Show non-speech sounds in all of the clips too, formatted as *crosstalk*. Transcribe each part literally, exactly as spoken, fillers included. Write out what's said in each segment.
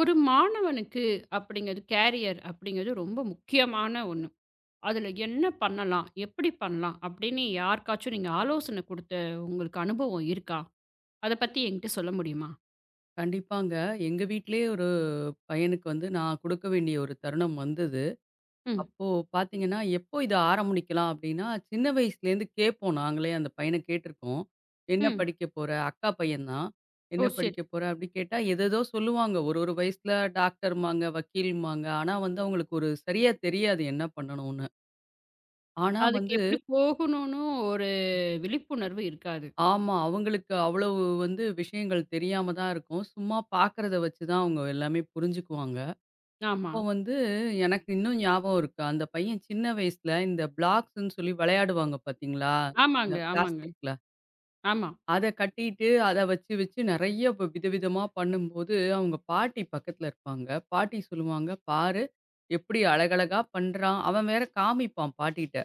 ஒரு மாணவனுக்கு அப்படிங்கிறது கேரியர் அப்படிங்கிறது ரொம்ப முக்கியமான ஒன்று. அதில் என்ன பண்ணலாம்? எப்படி பண்ணலாம்? அப்படின்னு யாருக்காச்சும் நீங்க ஆலோசனை குடுத்த உங்களுக்கு அனுபவம் இருக்கா? அத பத்தி என்கிட்ட சொல்ல முடியுமா? கண்டிப்பாங்க. எங்க வீட்லயே ஒரு பையனுக்கு வந்து நான் குடுக்க வேண்டிய ஒரு தருணம் வந்தது. ம், அப்போ பார்த்தீங்கன்னா, எப்போ இத ஆரம்பிக்கலாம் அப்டின்னா, சின்ன வயசுலேருந்து கேட்போம் நாங்களே அந்த பையன கேட்டுருக்கோம். "என்ன ம். படிக்க போற?" அக்கா பையன் தான். "என்ன ஓ! சரி. படிக்க போற?" அப்டி கேட்டா, ஏதேதோ சொல்லுவாங்க. ஒரு ஒரு வயசுல டாக்டர்ம்பாங்க, வக்கீல்ம்பாங்க. ஆனா வந்து அவங்களுக்கு ஒரு சரியா தெரியாது என்ன பண்ணணும்னு. ஆனா அதுக்கு வந்து எப்படி போகணும்னு ஒரு விழிப்புணர்வு இருக்காது. ஆமா. அவங்களுக்கு அவ்வளவு வந்து விஷயங்கள் தெரியாம தான் இருக்கும். சும்மா பார்க்கறத வச்சு தான் அவங்க எல்லாமே புரிஞ்சுக்குவாங்க. ஆமா. அப்போ வந்து எனக்கு இன்னும் ஞாபகம் இருக்கு. அந்த பையன் சின்ன வயசுல இந்த பிளாக்ஸ்ன்னு சொல்லி விளையாடுவாங்க பார்த்தீங்களா? ஆமாங்க, இந்த ஆமாங்க. பிளாஸ்டிக்ல. ஆமா. அத கட்டிட்டு, அத வச்சு வச்சு நெறைய ப விதவிதமா பண்ணும்போது, அவங்க பாட்டி பக்கத்துல இருப்பாங்க. பாட்டி சொல்லுவாங்க, "பாரு எப்படி அழகழகா பண்றான்." அவன் வேற காமிப்பான் பாட்டிட்ட.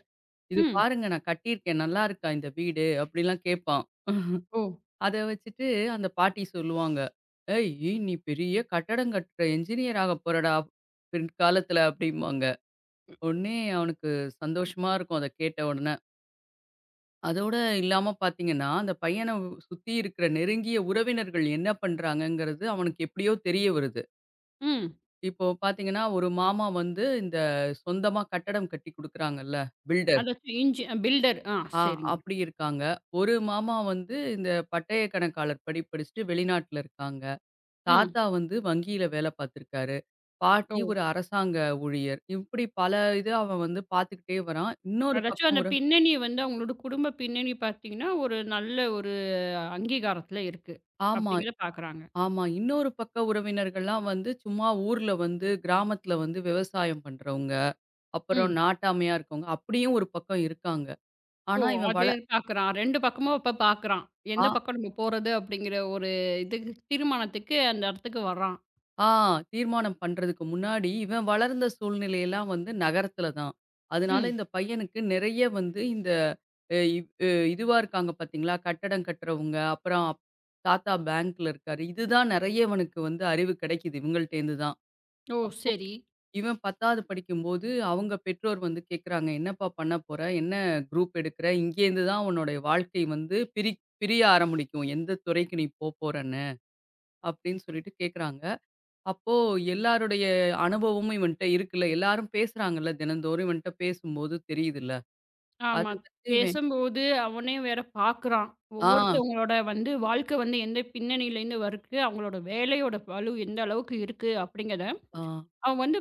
"இது ம். பாருங்க நான் கட்டியிருக்கேன். நல்லா இருக்கா இந்த வீடு?" அப்படிலாம் கேட்பான். ஓ! அத வச்சுட்டு அந்த பாட்டி சொல்லுவாங்க, "ஏய்! நீ பெரிய கட்டடம் கட்டுற என்ஜினியர் ஆகப் போறடா பிற்காலத்துல" அப்படிம்பாங்க. உடனே அவனுக்கு சந்தோஷமா இருக்கும் அத கேட்ட உடனே. அதோட இல்லாம பார்த்தீங்கன்னா, அந்த பையன சுத்தி இருக்கிற நெருங்கிய உறவினர்கள் என்ன பண்றாங்கங்கிறது அவனுக்கு எப்படியோ தெரிய வருது. ம். இப்போ பார்த்தீங்கன்னா, ஒரு மாமா வந்து இந்த சொந்தமா கட்டடம் கட்டி குடுக்குறாங்கல்ல, பில்டர். அதாச்சும் இன்ஜி பில்டர். ஆ, ஆ சரிங்க. அப்படி இருக்காங்க. ஒரு மாமா வந்து இந்த பட்டய கணக்காளர் படி படிச்சுட்டு வெளிநாட்ல இருக்காங்க. ம். தாத்தா வந்து வங்கியில வேல பார்த்துருக்காரு. ஓ! பாட்டி ஒரு அரசாங்க ஊழியர். இப்படி பல இது அவன் வந்து பார்த்துக்கிட்டே வரான். இன்னொரு அதாச்சும் பக்கம் அந்த ஒரு பின்னணி வந்து அவங்களோட குடும்ப பின்னணி பார்த்தீங்கன்னா, ஒரு நல்ல ஒரு அங்கீகாரத்துல இருக்கு. ஆமா. அப்படிங்கிறத பார்க்குறாங்க. ஆமா. இன்னொரு பக்க உறவினர்கள்லாம் வந்து சும்மா ஊர்ல வந்து கிராமத்துல வந்து விவசாயம் பண்றவங்க. அப்புறம் ம். நாட்டாமையா இருக்கவங்க. அப்படியும் ஒரு பக்கம் இருக்காங்க. ஓ! ஆனா இவன் அது வள பார்க்குறான். ரெண்டு பக்கமும் அப்ப பார்க்குறான். எந்த ஆ பக்கம் நம்ம போறது அப்படிங்கிற ஒரு இதுக்கு தீர்மானத்துக்கு அந்த இடத்துக்கு வர்றான். ஆ தீர்மானம் பண்றதுக்கு முன்னாடி இவன் வளர்ந்த சூழ்நிலையெல்லாம் வந்து நகரத்துல தான். அதனால ம். இந்த பையனுக்கு நிறைய வந்து இந்த அ இவ் அ இதுவா இருக்காங்க பார்த்தீங்களா? கட்டடம் கட்டுறவங்க, அப்புறம் அப்- தாத்தா பேங்க்ல இருக்காரு. இதுதான் நிறைய இவனுக்கு வந்து அறிவு கிடைக்குது இவங்கள்ட்டேருந்து தான். ஓ! சரி. இவன் பத்தாவது படிக்கும்போது, அவங்க பெற்றோர் வந்து கேட்குறாங்க, "என்னப்பா பண்ண போற? என்ன குரூப் எடுக்குற? இங்கேருந்து தான் உன்னோட வாழ்க்கை வந்து பிரி பிரிய ஆரம்பிக்கும். எந்த துறைக்கு நீ போப்போறன்னு." அப்படின்னு சொல்லிட்டு கேட்குறாங்க. அப்போ எல்லாருடைய அனுபவமும் இவன்ட்ட இருக்குல்ல. எல்லாரும் பேசுறாங்கல்ல, தினந்தோறும் இவன்ட்ட பேசும்போது தெரியுதுல்ல. அத ஆமா. வச்சு இவன் பேசும்போது அவனையும் வேற பார்க்குறான். ஆ, ஒவ்வொருத்தவங்களோட வந்து வாழ்க்கை வந்து எந்த பின்னணியிலேருந்து வருது, அவங்களோட வேலையோட பளு எந்த அளவுக்கு இருக்கு அப்படிங்கிறத ஆ. அவன் வந்து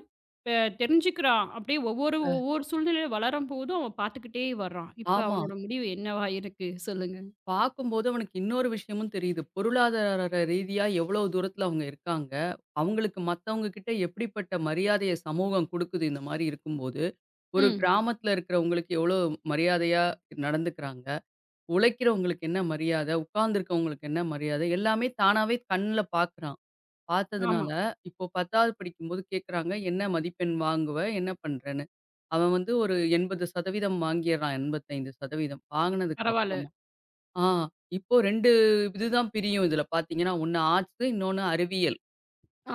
அ தெரிஞ்சுக்கிறான். அப்படியே ஒவ்வொரு அ. ஒவ்வொரு சூழ்நிலையில வளரும்போதும் அவன் பார்த்துக்கிட்டே வர்றான். இப்ப ஆமா. அவனோட முடிவு என்னவா இருக்கு? சொல்லுங்க. பார்க்கும்போது அவனுக்கு இன்னொரு விஷயமும் தெரியுது. பொருளாதார ரீதியா எவ்வளோ தூரத்தில அவங்க இருக்காங்க. அவங்களுக்கு மத்தவங்க கிட்ட எப்படிப்பட்ட மரியாதைய சமூகம் குடுக்குது இந்த மாரி இருக்கும்போது. ஒரு ம். கிராமத்தில இருக்கிறவங்களுக்கு எவ்வளோ மரியாதையா நடந்துக்கிறாங்க. உழைக்கிறவங்களுக்கு என்ன மரியாதை, உட்கார்ந்துருக்கவங்களுக்கு என்ன மரியாதை எல்லாமே தானாவே கண்ல பார்க்குறான். ஆமா. பார்த்ததுனால இப்போ பத்தாவது படிக்கும்போது கேட்குறாங்க, "என்ன மதிப்பெண் வாங்குவ? என்ன பண்றன்னு?" அவன் வந்து ஒரு எண்பது சதவீதம் வாங்கியறான். எண்பத்தி ஐந்து சதவீதம் வாங்குனதுக்கு பரவால்ல. அப்புறமா ஆ இப்போ ரெண்டு இதுதான் பிரியும் இதுல பார்த்தீங்கன்னா, ஒண்ணு ஆர்ட்ஸ், இன்னொன்னு அறிவியல்.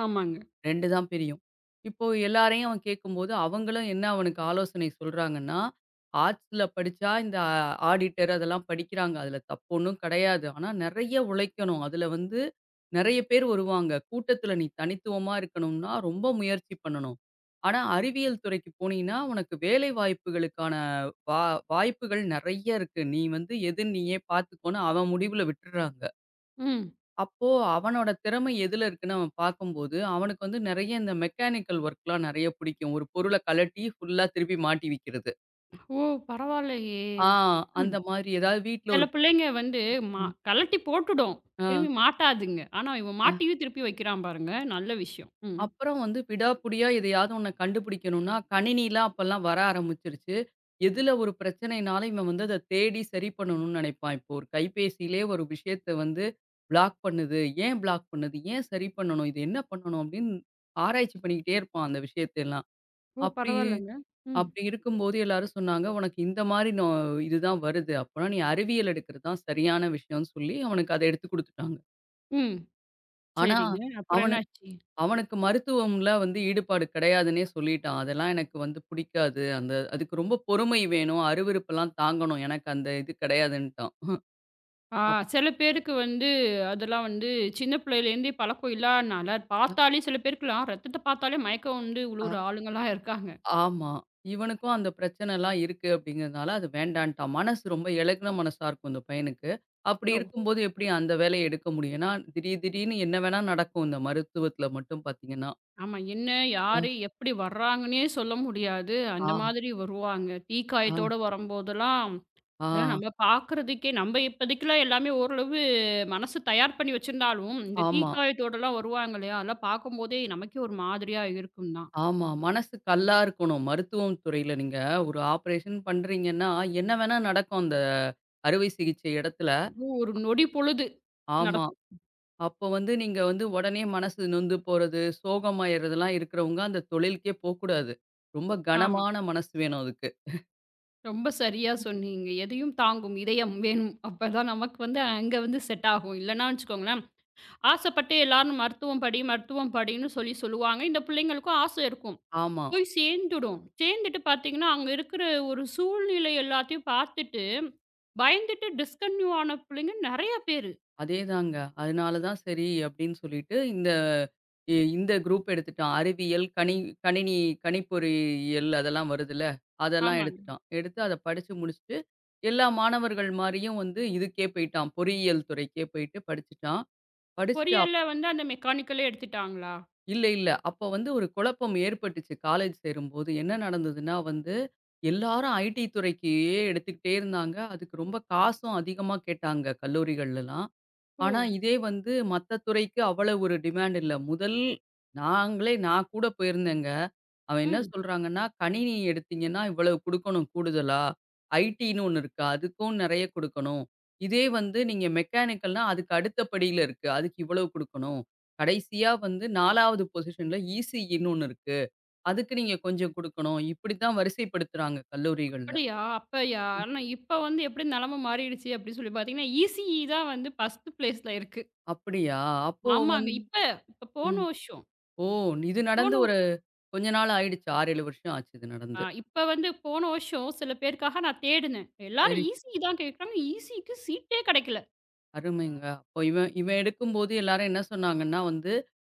ஆமாங்க. ரெண்டு தான் பிரியும். இப்போ எல்லாரையும் அவன் கேட்கும்போது, அவங்களும் என்ன அவனுக்கு ஆலோசனை சொல்றாங்கன்னா, ஆர்ட்ஸ்ல படிச்சா இந்த ஆடிட்டர் அதெல்லாம் படிக்கிறாங்க. அதுல தப்பு ஒண்ணும் கிடையாது. ஆனா நெறைய உழைக்கணும். அதுல வந்து நெறைய பேர் வருவாங்க. கூட்டத்துல நீ தனித்துவமா இருக்கணும்னா ரொம்ப முயற்சி பண்ணணும். ஆனா அறிவியல் துறைக்கு போனீன்னா, உனக்கு வேலை வாய்ப்புகளுக்கான வா வாய்ப்புகள் நெறைய இருக்கு. நீ வந்து எது நீயே பார்த்துக்கோன்னு அவன் முடிவுல விட்டுர்றாங்க. ம். அப்போ அவனோட திறமை எதுல இருக்குன்னு அவன் பார்க்கும்போது, அவனுக்கு வந்து நெறைய இந்த மெக்கானிக்கல் ஒர்க்லாம் நெறைய பிடிக்கும். ஒரு பொருள கழட்டி ஃபுல்லா திருப்பி மாட்டி வைக்கிறது. ஓ! பரவால்லையே! ஆ ம். அந்த மாரி ஏதாவது வீட்ல சில ஒரு பிள்ளைங்க வந்து மா ம். கழட்டி போட்டுடும். ஆ, திரும்பி மாட்டாதுங்க. ஆனா, இவன் அ. மாட்டியும் திருப்பி வைக்கிறான் பாருங்க. நல்ல விஷயம். ம். அப்புறம் வந்து விடாப்புடியா எதையாவது ஒண்ண கண்டுபிடிக்கணும்னா, கணினிலாம் அப்பல்லாம் வர ஆரம்பிச்சுருச்சு. எதுல ஒரு பிரச்சனைனாலும் இவன் வந்து அத தேடி சரி பண்ணணும்னு நெனைப்பான். இப்போ ஒரு கைபேசியிலே ஒரு விஷயத்த வந்து பிளாக் பண்ணுது. ஏன் பிளாக் பண்ணுது? ஏன் சரி பண்ணணும்? இது என்ன பண்ணணும்? அப்படின்னு ஆராய்ச்சி பண்ணிக்கிட்டே இருப்பான் அந்த விஷயத்தையெல்லாம். ஓ! அப்படி பரவால்லங்க. ம். அப்படி இருக்கும்போது எல்லாரும் சொன்னாங்க, "உனக்கு இந்த மாரி நோ இதுதான் வருது. அப்போனா நீ அறிவியல் எடுக்கிறது தான் சரியான விஷயம்னு" சொல்லி அவனுக்கு அத எடுத்து குடுத்துட்டாங்க. ம். ஆனா, சரிங்க. அப்புறம் அவனு என்னாச்சு? அவனுக்கு மருத்துவம்ல வந்து ஈடுபாடு கிடையாதுன்னே சொல்லிட்டான். அதெல்லாம் எனக்கு வந்து பிடிக்காது. அந்த அதுக்கு ரொம்ப பொறுமை வேணும், அருவருப்பெல்லாம் தாங்கணும். எனக்கு அந்த இது கிடையாதுன்ட்டான். ஆ, சில பேருக்கு வந்து அதெல்லாம் வந்து சின்ன பிள்ளையிலேருந்தே பழக்கம் இல்லாதனால, அப்ப பார்த்தாலே சில பேருக்குலாம் ரத்தத்த பார்த்தாலே மயக்கம் வந்து விழுவுற ஆளுங்கலாம் இருக்காங்க. ஆமா. இவனுக்கும் அந்த பிரச்சனைலாம் இருக்கு அப்படிங்கிறதுனால, அது வேண்டான்ட்டான். மனசு ரொம்ப இளகுன மனசா இருக்கும் இந்த பையனுக்கு. அப்படி ஓ! இருக்கும்போது எப்படி அந்த வேலைய எடுக்க முடியும்? ஏன்னா, திடீர் திடீர்னு என்ன வேணா நடக்கும் இந்த மருத்துவத்துல மட்டும் பார்த்தீங்கன்னா. ஆமா. என்ன, யாரு, எப்படி வர்றாங்கன்னே சொல்ல முடியாது. ஆ, அந்த மாதிரி வருவாங்க. ஆ, தீக்காயத்தோட வரும்போதெல்லாம், ஆ, அதெல்லாம் நம்ம பார்க்குறதுக்கே நம்ம இப்போதைக்குலாம் எல்லாமே ஓரளவு மனசு தயார் பண்ணி வச்சிருந்தாலும், இந்த ஆமா, தீக்காயத்தோடலாம் வருவாங்க இல்லையா? அதெல்லாம் பார்க்கும்போதே நமக்கே ஒரு மாதிரியா இருக்கும் தான். ஆமா. மனசு கல்லா இருக்கணும். மருத்துவம் துறையில நீங்க ஒரு ஆப்ரேஷன் பண்றீங்கன்னா, என்ன வேணா நடக்கும் அந்த அறுவை சிகிச்சை இடத்துல. அதுவும் ஒரு நொடி பொழுது ஆமா. நடக்கும். அப்போ வந்து நீங்க வந்து உடனே மனசு நொந்து போறது, சோகமாயிறதெல்லாம் இருக்கிறவங்க அந்த தொழிலுக்கே போக்கூடாது. ரொம்ப ஆமா. கனமான மனசு வேணும் அதுக்கு. ரொம்ப சரியா சொன்னீங்க. எதையும் தாங்கும் இதயம் வேணும். அப்பதான் நமக்கு வந்து அங்க வந்து செட் ஆகும். இல்லன்னா வச்சுக்கோங்களேன், ஆசைப்பட்டு எல்லாரும் மருத்துவம் படி, மருத்துவம் படின்னு சொல்லி சொல்லுவாங்க. இந்த பிள்ளைங்களுக்கும் ஆசை இருக்கும். ஆமா. போய் சேர்ந்துடும். சேர்ந்துட்டு பார்த்தீங்கன்னா, அங்க இருக்கிற ஒரு சூழ்நிலை எல்லாத்தையும் பார்த்துட்டு, பயந்துட்டு டிஸ்கன்டின்யூ ஆன பிள்ளைங்க நெறைய பேரு. அதேதாங்க. அதனால தான் சரி அப்படின்னு சொல்லிட்டு இந்த இ இந்த குரூப் எடுத்துட்டான். அறிவியல், கணி கணினி கணிப்பொறியியல் அதெல்லாம் வருதுல்ல. அதெல்லாம் ஆமாங்க. எடுத்துட்டான். எடுத்து அத படிச்சு முடிச்சுட்டு, எல்லா மாணவர்கள் மாரியும் வந்து இதுக்கே போயிட்டான். பொறியியல் துறைக்கே போயிட்டு படிச்சுட்டான். படிச்சுட்டு பொறியியல்ல வந்து அந்த மெக்கானிக்கலே எடுத்துட்டாங்களா? இல்ல, இல்ல. அப்ப வந்து ஒரு குழப்பம் ஏற்பட்டுச்சு காலேஜ் சேரும்போது. என்ன நடந்ததுன்னா வந்து, எல்லாரும் ஐடி துறைக்கே எடுத்துக்கிட்டே இருந்தாங்க. அதுக்கு ரொம்ப காசும் அதிகமா கேட்டாங்க கல்லூரிகள்லலாம். ஓ! ஆனா, இதே வந்து மத்த துறைக்கு அவ்வளவு ஒரு டிமாண்ட் இல்ல. முதல் நாங்களே நான் கூட போயிருந்தேங்க. அவன் என்ன ம். சொல்றாங்கன்னா, கணினி எடுத்தீங்கன்னா, இவ்வளவு குடுக்கணும் கூடுதலா. ஐடின்னு ஒண்ணு இருக்கு. அதுக்கும் நெறைய குடுக்கணும். இதே வந்து நீங்க மெக்கானிக்கல்னா, அதுக்கு அடுத்த படியில இருக்கு. அதுக்கு இவ்வளவு குடுக்கணும். கடைசியா வந்து நாலாவது பொசிஷன்ல இசிஇன்னு ஒண்ணு இருக்கு. அதுக்கு நீங்க கொஞ்சம் குடுக்கணும். இப்படித்தான் வரிசைப்படுத்துறாங்க கல்லூரிகள்ல. அப்படியா? அப்பயா? ஆனா இப்ப வந்து எப்படி நெலம மாறிடுச்சு அப்படின்னு சொல்லி பார்த்தீங்கன்னா, இசிஇ தான் வந்து ஒரு பிளேஸ்ல இருக்கு. அப்படியா? அப்போ ஆமாங்க. வந்து இப்ப இப்ப போன ம். வருஷம் ஓ! இது போன நடந்து வ ஒரு கொஞ்ச நாள் ஆயிடுச்சு. ஆறு, ஏழு வருஷம் ஆச்சு இது ஆ நடந்து. இப்ப வந்து போன வருஷம் சில பேருக்காக நான் தேடுனேன். சரி, எல்லாரும் சரி. இசிஇ தான் கேட்குறாங்க. இசிஇக்கு சீட்டே கெடைக்கல. அருமைங்க. அப்போ இவன் இவன் எடுக்கும்போது எல்லாரும் என்ன சொன்னாங்கன்னா வந்து,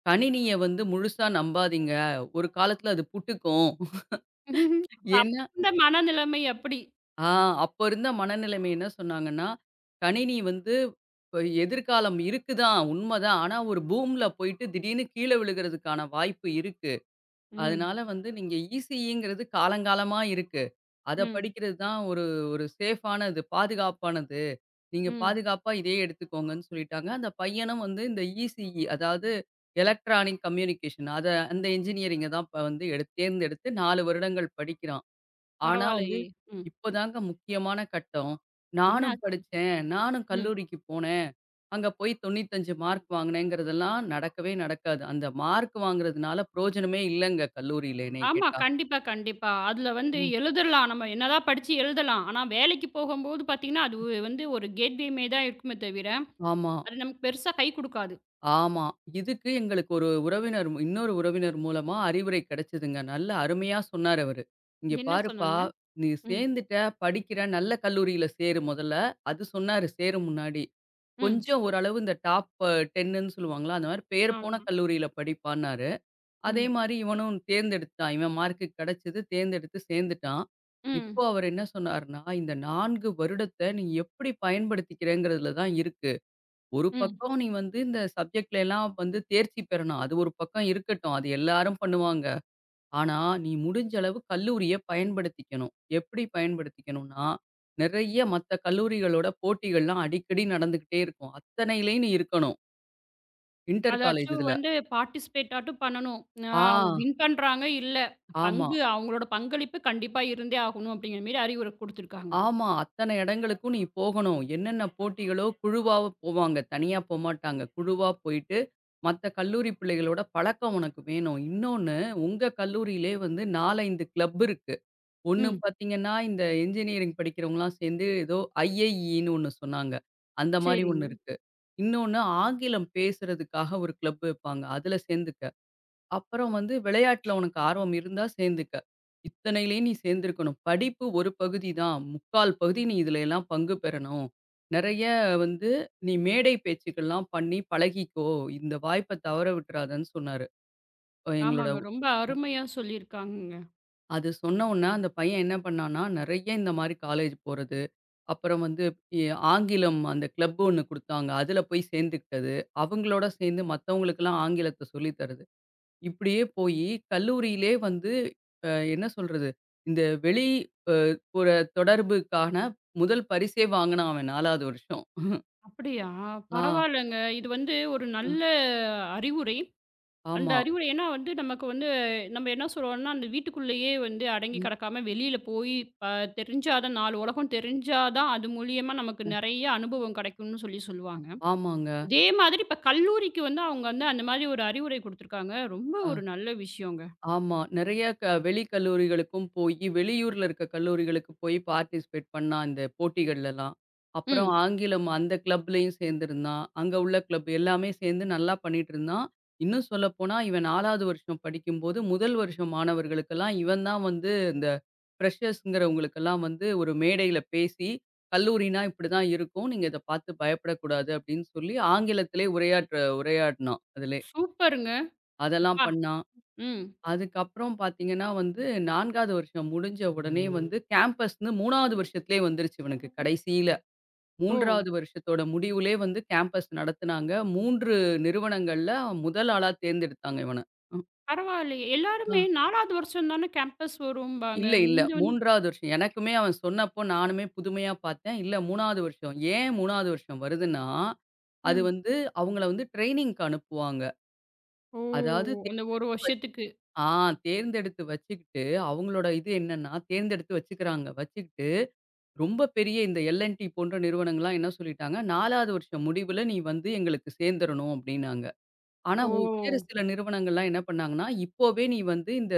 "கணினிய வந்து முழுசா நம்பாதீங்க. ஒரு காலத்துல அது புட்டுக்கும்." *laughs* *laughs* அப்ப அப்ப ஏன்னா இருந்த மனநிலைமை அப்படி. ஆ அப்ப இருந்த மனநிலைமை என்ன சொன்னாங்கன்னா, "கணினி வந்து இப்ப எதிர்காலம் இருக்குதான், உண்மதான். ஆனா ஒரு பூம்ல போயிட்டு திடீர்னு கீழ விழுகிறதுக்கான வாய்ப்பு இருக்கு. ம். அதனால வந்து நீங்க இசிஇங்கிறது காலங்காலமா இருக்கு." அத ம், படிக்கிறது தான் ஒரு ஒரு சேஃபானது, பாதுகாப்பானது. நீங்க ம். பாதுகாப்பா இதையே எடுத்துக்கோங்கன்னு சொல்லிட்டாங்க. அந்த பையனும் வந்து இந்த இசிஇ அதாவது எலக்ட்ரானிக் கம்யூனிகேஷன் அத அந்த இன்ஜினியரிங்க தான் இப்ப வந்து எடுத் தேர்ந்தெடுத்து நாலு வருடங்கள் படிக்கிறான். ஆனா வந்து பரவாயில்லையே! ம். இப்போதாங்க முக்கியமான கட்டம். என்ன நானும் ஆச்சு? படிச்சேன், நானும் ம். கல்லூரிக்கு போனேன். அங்க போய் தொண்ணூற்றி ஐந்து மார்க் வாங்கினேங்கிறதெல்லாம் நடக்கவே நடக்காது. அந்த மார்க் வாங்குறதுனால பிரயோஜனமே இல்லங்க கல்லூரியில என்னைய ஆமா. கேட்டா. கண்டிப்பா, கண்டிப்பா. அதுல வந்து ம். எழுதலாம். நம்ம என்னதான் படிச்சு எழுதலாம். ஆனா, வேலைக்கு போகும்போது பார்த்தீங்கன்னா, அது வந்து ஒரு கேட்வேமே தான் இருக்குமே தவிர, ஆமா. அது நமக்கு பெருசா கை குடுக்காது. ஆமா. இதுக்கு எங்களுக்கு ஒரு உறவினர் மூ- இன்னொரு உறவினர் மூலமா அறிவுரை கிடைச்சதுங்க. நல்ல அருமையா சொன்னாரு அவரு. "இங்க என்ன பாருப்பா, சொன்னாங்க? நீ ம், சேர்ந்துட்ட, படிக்கிற, நல்ல கல்லூரியில சேரு முதல்ல." அது சொன்னாரு சேரும் முன்னாடி. ம். "கொஞ்சம் ஓரளவு இந்த டாப் 10ன்னு சொல்லுவாங்கல்ல, அந்த மாரி பேர் போன ஆமா. கல்லூரியில படிப்பான்னாரு." அதே ம், மாரி இவனும் தேர்ந்தெடுத்துட்டான். இவன் மார்க்கு கிடைச்சது, தேர்ந்தெடுத்து சேர்ந்துட்டான். இப்போ ம், அவர் என்ன சொன்னாருன்னா, "இந்த நாலு வருடத்த நீ எப்படி பயன்படுத்திக்கிறேங்கிறதுல தான் இருக்கு." ஒரு ம். பக்கம் நீ வந்து இந்த சப்ஜெக்ட்ல எல்லாம் வந்து தேர்ச்சி பெறணும். அது ஒரு பக்கம் இருக்கட்டும். அது எல்லாரும் பண்ணுவாங்க. ஆனா, நீ முடிஞ்ச அளவு கல்லூரிய பயன்படுத்திக்கணும். எப்படி பயன்படுத்திக்கணும்னா, நெறைய மத்த கல்லூரிகளோட போட்டிகள்லாம் அடிக்கடி நடந்துகிட்டே இருக்கும். அத்தனையிலயும் நீ இருக்கணும். இன்டர் காலேஜ் அதாச்சும் இதுல. வந்து பார்ட்டிசிபேட் ஆட்டும் பண்ணணும். அ ஆ, அவங்க வின் பண்றாங்க, இல்ல. ஆமா. பங்கு அவங்களோட பங்களிப்பு கண்டிப்பா இருந்தே ஆகணும் அப்படிங்கிற மாரி அறிவுரை குடுத்துருக்காங்க. ஆமா. அத்தன இடங்களுக்கும் நீ போகணும். என்னென்ன போட்டிகளோ குழுவா போவாங்க. தனியா போமாட்டாங்க. குழுவா போயிட்டு, மத்த கல்லூரி பிள்ளைகளோட பழக்கம் உனக்கு வேணும். இன்னொன்னு உங்க கல்லூரியிலே வந்து நாலு, அஞ்சு கிளப் இருக்கு. ஒண்ணு ம். பார்த்தீங்கன்னா, இந்த இன்ஜினியரிங் படிக்கிறவங்கலாம் சேர்ந்து ஏதோ ஐஐஇன்னு ஒண்ணு சொன்னாங்க. அந்த மாரி சரிங்க. ஒண்ணு இருக்கு. இன்னொன்னு ஆங்கிலம் பேசுறதுக்காக ஒரு கிளப் வைப்பாங்க. அதுல சேர்ந்துக்க. அப்புறம் வந்து விளையாட்டுல உனக்கு ஆர்வம் இருந்தா சேர்ந்துக்க. இத்தனையிலே நீ சேர்ந்திருக்கணும். படிப்பு ஒரு பகுதி தான். முக்கால் பகுதி நீ இதுல எல்லாம் பங்கு பெறணும். நெறைய வந்து நீ மேடை பேச்சுக்கள்லாம் பண்ணி பழகிக்கோ. இந்த வாய்ப்ப தவற விட்டுறாதன்னு சொன்னாரு. அஹ் எங்களோட ஆமாங்க. ரொம்ப அருமையா சொல்லியிருக்காங்கங்க. அது சொன்ன உடனே அந்த பையன் என்ன பண்ணான்னா, நெறைய இந்த மாரி காலேஜ் போறது, அப்புறம் வந்து எ ஆங்கிலம் அந்த கிளப் ஒண்ணு குடுத்தாங்க. அதுல போய் சேர்ந்துக்கிட்டது. அவங்களோட சேர்ந்து மத்தவங்களுக்கெல்லாம் ஆங்கிலத்த சொல்லி தருது. இப்படியே போயி கல்லூரியிலே வந்து அ என்ன சொல்றது? இந்த வெளி அ ஒரு தொடர்புக்கான முதல் பரிசே வாங்குனான் அவன் நாலாவது வருஷம். அப்படியா? ஆ, பரவாயில்லங்க. இது வந்து ஒரு அ நல்ல அறிவுரை. அந்த ஆமா. அறிவுரை ஏன்னா வந்து நமக்கு வந்து நம்ம என்ன சொல்றோம்னா, அந்த வீட்டுக்குள்ளேயே வந்து அடங்கி ம். கிடக்காம வெளியில போய் ப தெரிஞ்சா தான் நாலு உலகம் தெரிஞ்சா தான் அது மூலியமா நமக்கு நெறைய அனுபவம் கிடைக்கும்னு சொல்லி சொல்லுவாங்க. ஆமாங்க. அதே மாதிரி இப்ப கல்லூரிக்கு வந்து அவங்க வந்து அந்த மாதிரி ஒரு அறிவுரை குடுத்துருக்காங்க. ரொம்ப அ. ஒரு நல்ல விஷயங்க. ஆமா. நெறைய க வெளி கல்லூரிகளுக்கும் போயி, வெளியூர்ல இருக்க கல்லூரிகளுக்கு போய் பார்ட்டிசிபேட் பண்ணான், அந்த போட்டிகள்லலாம். அப்புறம் ம். ஆங்கிலம் அந்த கிளப்லயும் சேர்ந்திருந்தான். அங்க உள்ள கிளப் எல்லாமே சேர்ந்து நல்லா பண்ணிட்டுருந்தான். இன்னும் சொல்லப்போனா, இவன் நாலாவது வருஷம் படிக்கும்போது, முதல் வருஷம் மாணவர்களுக்கெல்லாம் இவன் தான் வந்து இந்த ஃப்ரெஷர்ஸ்ங்கிறவங்களுக்கெல்லாம் வந்து ஒரு மேடையில பேசி, "கல்லூரினா இப்படிதான் இருக்கும். நீங்க இத பார்த்து பயப்படக்கூடாது." அப்படின்னு சொல்லி ஆங்கிலத்திலே உரையாற்ற உரையாடினான் அதிலே. சூப்பருங்க. அதெல்லாம் அப்பா! பண்ணான். ம். அதுக்கப்புறம் பார்த்தீங்கன்னா வந்து 4வது வருஷம் முடிஞ்ச உடனே வந்து கேம்பஸ்ன்னு மூணாவது வருஷத்திலே வந்துருச்சு இவனுக்கு கடைசியில. ஓ! மூணாவது வருஷத்தோட முடிவுலே வந்து கேம்பஸ் நடத்துனாங்க. மூணு நிறுவனங்கள்ல முதல் ஆளா தேர்ந்தெடுத்தாங்க இவன. ம். பரவாயில்லையே. ஆ. எல்லாருமே நாலாவது வருஷம் தானே கேம்பஸ் வரும்பாங்க. இல்ல, இல்ல. இங்க வந்து மூணாவது வருஷம். எனக்குமே அவன் சொன்னப்போ நானுமே புதுமையா பார்த்தேன். இல்ல 3வது வருஷம். ஏன் மூணாவது வருஷம் வருதுன்னா, அது ம். வந்து அவங்கள வந்து ட்ரெய்னிங்க்கு அனுப்புவாங்க. ஓ! அதாவது தே அந்த ஒரு வருஷத்துக்கு. ஆ தேர்ந்தெடுத்து வச்சுக்கிட்டு அவங்களோட இது என்னன்னா, தேர்ந்தெடுத்து வச்சுக்கிறாங்க. வச்சுக்கிட்டு ரொம்ப பெரிய இந்த எல்&டி போன்ற நிறுவனங்கள்லாம் என்ன சொல்லிட்டாங்க, நாலாவது வருஷம் முடிவுல நீ வந்து எங்களுக்கு சேர்ந்துரணும் அப்டின்னாங்க. ஆனா ஓ! ஒ வேறு சில நிறுவனங்கள்லாம் என்ன பண்ணாங்கன்னா, இப்போவே நீ வந்து இந்த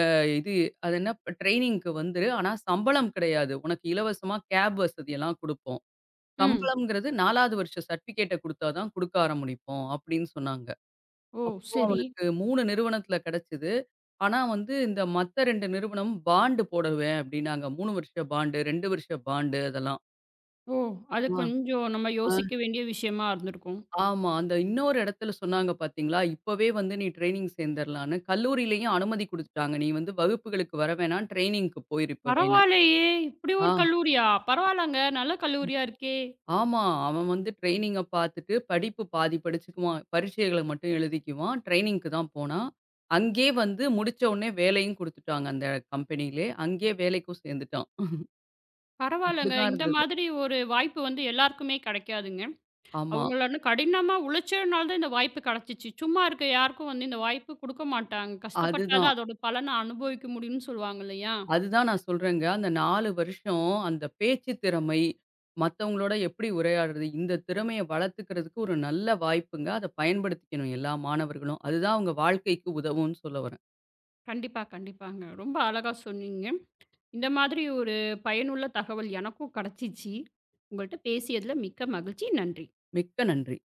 அஹ், இது அது என்ன ட்ரெய்னிங்க்கு வந்துரு. ஆனா சம்பளம் கிடையாது. உனக்கு இலவசமா கேப் வசதியெல்லாம் குடுப்போம். ம். சம்பளம்ங்கிறது நாலாவது வருஷ சர்டிஃபிகேட்ட குடுத்தா தான் குடுக்க ஆரம்பிப்போம் அப்டின்னு சொன்னாங்க. ஓ! அப்போ சரி. அவனுக்கு மூணு நிறுவனத்துல கிடைச்சது. ஆனா வந்து இந்த மத்த ரெண்டு நிறுவனம் பாண்ட் போடுவேன் அப்டின்னாங்க. மூணு வருஷ பாண்டு, ரெண்டு வருஷ பாண்டு அதெல்லாம். ஓ! அது கொஞ்சம் நம்ம ஆ, யோசிக்க வேண்டிய விஷயமா இருந்திருக்கும். ஆமா. அந்த இன்னொரு இடத்துல சொன்னாங்க பார்த்தீங்களா, இப்பவே வந்து நீ ட்ரெய்னிங் சேர்ந்துரலான்னு. கல்லூரியிலயும் அனுமதி குடுத்துட்டாங்க. நீ வந்து வகுப்புகளுக்கு வர வேணாம், ட்ரெய்னிங்க்கு போயிரு இப்பவேன்னு. பரவாயில்லையே! இப்படி ஆ, ஒரு கல்லூரியா? பரவாயில்லங்க. நல்ல கல்லூரியா இருக்கே! ஆமா. அவன் வந்து ட்ரெய்னிங்க பார்த்துட்டு படிப்பு பாதி படிச்சுக்குவான். பரீட்சைகள மட்டும் எழுதிக்குவான். ட்ரெய்னிங்க்கு தான் போனான். அங்கேயே வந்து முடிச்ச உடனே வேலையும் குடுத்துட்டாங்க அந்த கம்பெனியிலே. அங்கேயே வேலைக்கும் சேர்ந்துட்டான். பரவாயில்லங்க. இப்படிதான் இந்த இருந்தது. மாதிரி ஒரு வாய்ப்பு வந்து எல்லாருக்குமே கிடைக்காதுங்க. ஆமா. அவங்களான கடினமா உழைச்சனால தான் இந்த வாய்ப்பு கிடைச்சிச்சு. சும்மா இருக்க யாருக்கும் வந்து இந்த வாய்ப்பு குடுக்க மாட்டாங்க. கஷ்டப்பட்டா தான் அதுதான். அதோட பலன அனுபவிக்க முடியும்னு சொல்லுவாங்க இல்லையா? அதுதான் நான் சொல்றேங்க. அந்த நாலு வருஷம் அந்த பேச்சு திறமை, மத்தவங்களோட எப்படி உரையாடுறது, இந்த திறமைய வளர்த்துக்கிறதுக்கு ஒரு நல்ல வாய்ப்புங்க. அத பயன்படுத்திக்கணும் எல்லா மாணவர்களும். அதுதான் அவங்க வாழ்க்கைக்கு உதவும்னு சொல்ல வரேன். கண்டிப்பா, கண்டிப்பாங்க. ரொம்ப அழகா சொன்னீங்க. இந்த மாதிரி ஒரு பயனுள்ள தகவல் எனக்கும் கிடைச்சிச்சு. உங்கள்ட்ட பேசியதில மிக்க மகிழ்ச்சி. நன்றி. மிக்க நன்றி.